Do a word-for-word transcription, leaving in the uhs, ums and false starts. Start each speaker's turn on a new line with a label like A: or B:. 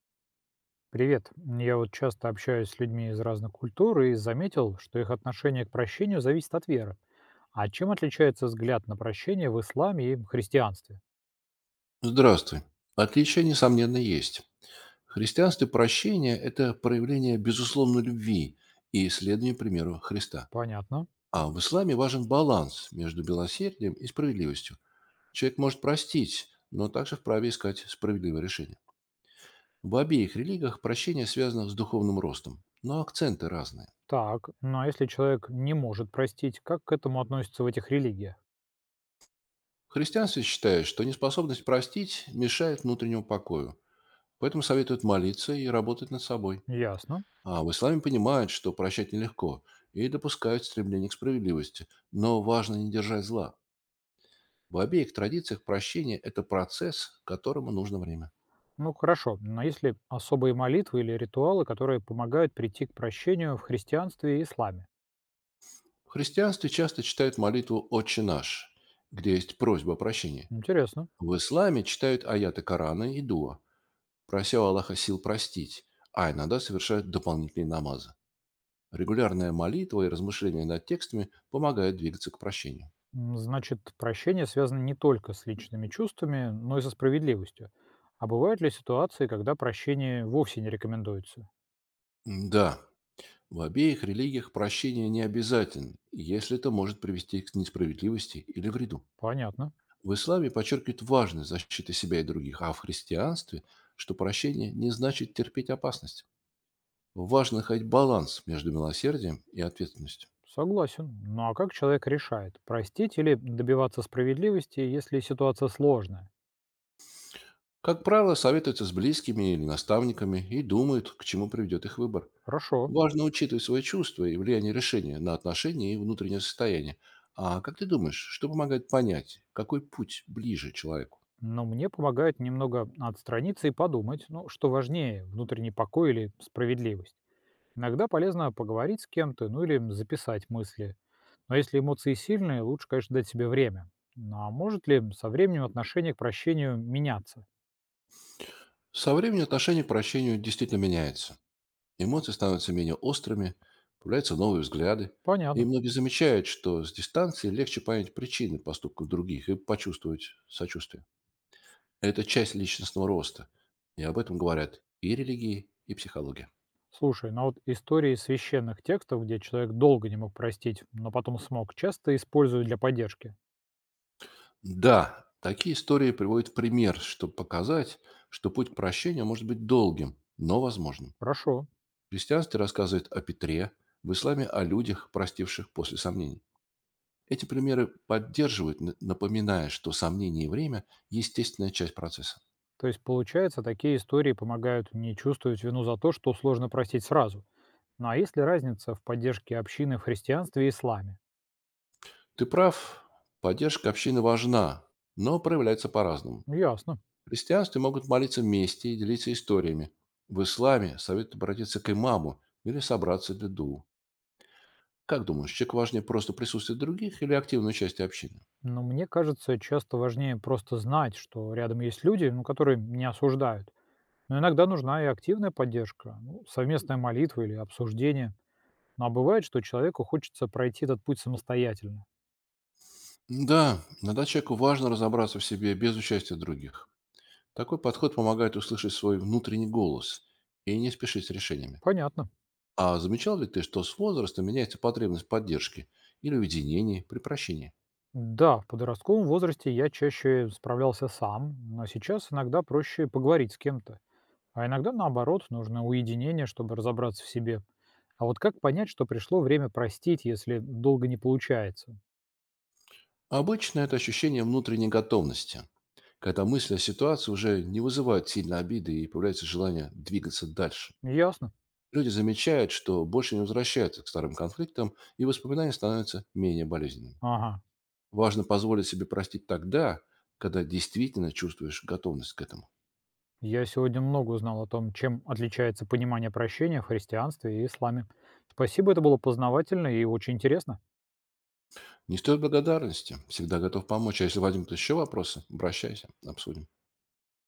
A: Привет. Я вот часто общаюсь с людьми из разных культур и заметил, что их отношение к прощению зависит от веры. А чем отличается взгляд на прощение в исламе и христианстве?
B: Здравствуй. Отличия, несомненно, есть. В христианстве прощение– это проявление безусловной любви и исследование примеру Христа.
A: Понятно.
B: А в исламе важен баланс между милосердием и справедливостью. Человек может простить, но также вправе искать справедливое решение. В обеих религиях прощение связано с духовным ростом, но акценты разные.
A: Так, ну а если человек не может простить, как к этому относятся в этих религиях?
B: В христианстве считают, что неспособность простить мешает внутреннему покою, поэтому советуют молиться и работать над собой.
A: Ясно.
B: А в исламе понимают, что прощать нелегко, и допускают стремление к справедливости. Но важно не держать зла. В обеих традициях прощение– это процесс, которому нужно время.
A: Ну хорошо, но есть ли особые молитвы или ритуалы, которые помогают прийти к прощению в христианстве и исламе?
B: В христианстве часто читают молитву «Отче наш», где есть просьба о прощении.
A: Интересно.
B: В исламе читают аяты Корана и дуа, прося у Аллаха сил простить, а иногда совершают дополнительные намазы. Регулярная молитва и размышления над текстами помогают двигаться к прощению.
A: М, значит, прощение связано не только с личными чувствами, но и со справедливостью. А бывают ли ситуации, когда прощение вовсе не рекомендуется?
B: Да, в обеих религиях прощение не обязательно, если это может привести к несправедливости или вреду.
A: Понятно.
B: В исламе подчеркивают важность защиты себя и других, а в христианстве, что прощение не значит терпеть опасность. Важно находить баланс между милосердием и ответственностью.
A: Согласен. Ну а как человек решает, простить или добиваться справедливости, если ситуация сложная?
B: Как правило, советуются с близкими или наставниками и думают, к чему приведет их выбор.
A: Хорошо.
B: Важно учитывать свои чувства и влияние решения на отношения и внутреннее состояние. А как ты думаешь, что помогает понять, какой путь ближе человеку?
A: Но мне помогает немного отстраниться и подумать, ну, что важнее, внутренний покой или справедливость. Иногда полезно поговорить с кем-то, ну или записать мысли. Но если эмоции сильные, лучше, конечно, дать себе время. Ну а может ли со временем отношение к прощению меняться?
B: Со временем отношение к прощению действительно меняется. Эмоции становятся менее острыми, появляются новые взгляды,
A: Понятно.
B: и многие замечают, что с дистанции легче понять причины поступков других и почувствовать сочувствие. Это часть личностного роста, и об этом говорят и религии, и психология.
A: Слушай, ну а вот истории священных текстов, где человек долго не мог простить, но потом смог, часто используют для поддержки.
B: Да, такие истории приводят в пример, чтобы показать, что путь к прощению может быть долгим, но возможным.
A: Хорошо.
B: В христианстве рассказывает о Петре, в исламе о людях, простивших после сомнений. Эти примеры поддерживают, н- напоминая, что сомнения и время– естественная часть процесса.
A: То есть, получается, такие истории помогают не чувствовать вину за то, что сложно простить сразу. Ну а есть ли разница в поддержке общины в христианстве и исламе?
B: Ты прав, поддержка общины важна, но проявляется по-разному.
A: Ну, ясно.
B: В христианстве могут молиться вместе и делиться историями. В исламе советуют обратиться к имаму или собраться для ду. Как думаешь, человек важнее просто присутствие других или активное участие общины?
A: Но мне кажется, часто важнее просто знать, что рядом есть люди, ну, которые не осуждают. Но иногда нужна и активная поддержка, ну, совместная молитва или обсуждение. Ну, а бывает, что человеку хочется пройти этот путь самостоятельно.
B: Да, иногда человеку важно разобраться в себе без участия других. Такой подход помогает услышать свой внутренний голос и не спешить с решениями.
A: Понятно.
B: А замечал ли ты, что с возрастом меняется потребность в поддержке или уединении при прощении?
A: Да, в подростковом возрасте я чаще справлялся сам, но сейчас иногда проще поговорить с кем-то. А иногда, наоборот, нужно уединение, чтобы разобраться в себе. А вот как понять, что пришло время простить, если долго не получается?
B: Обычно это ощущение внутренней готовности, когда мысли о ситуации уже не вызывают сильной обиды и появляется желание двигаться дальше.
A: Ясно.
B: Люди замечают, что больше не возвращаются к старым конфликтам, и воспоминания становятся менее болезненными.
A: Ага.
B: Важно позволить себе простить тогда, когда действительно чувствуешь готовность к этому.
A: Я сегодня много узнал о том, чем отличается понимание прощения в христианстве и исламе. Спасибо, это было познавательно и очень интересно.
B: Не стоит благодарности. Всегда готов помочь. А если возникнут еще вопросы, обращайся, обсудим.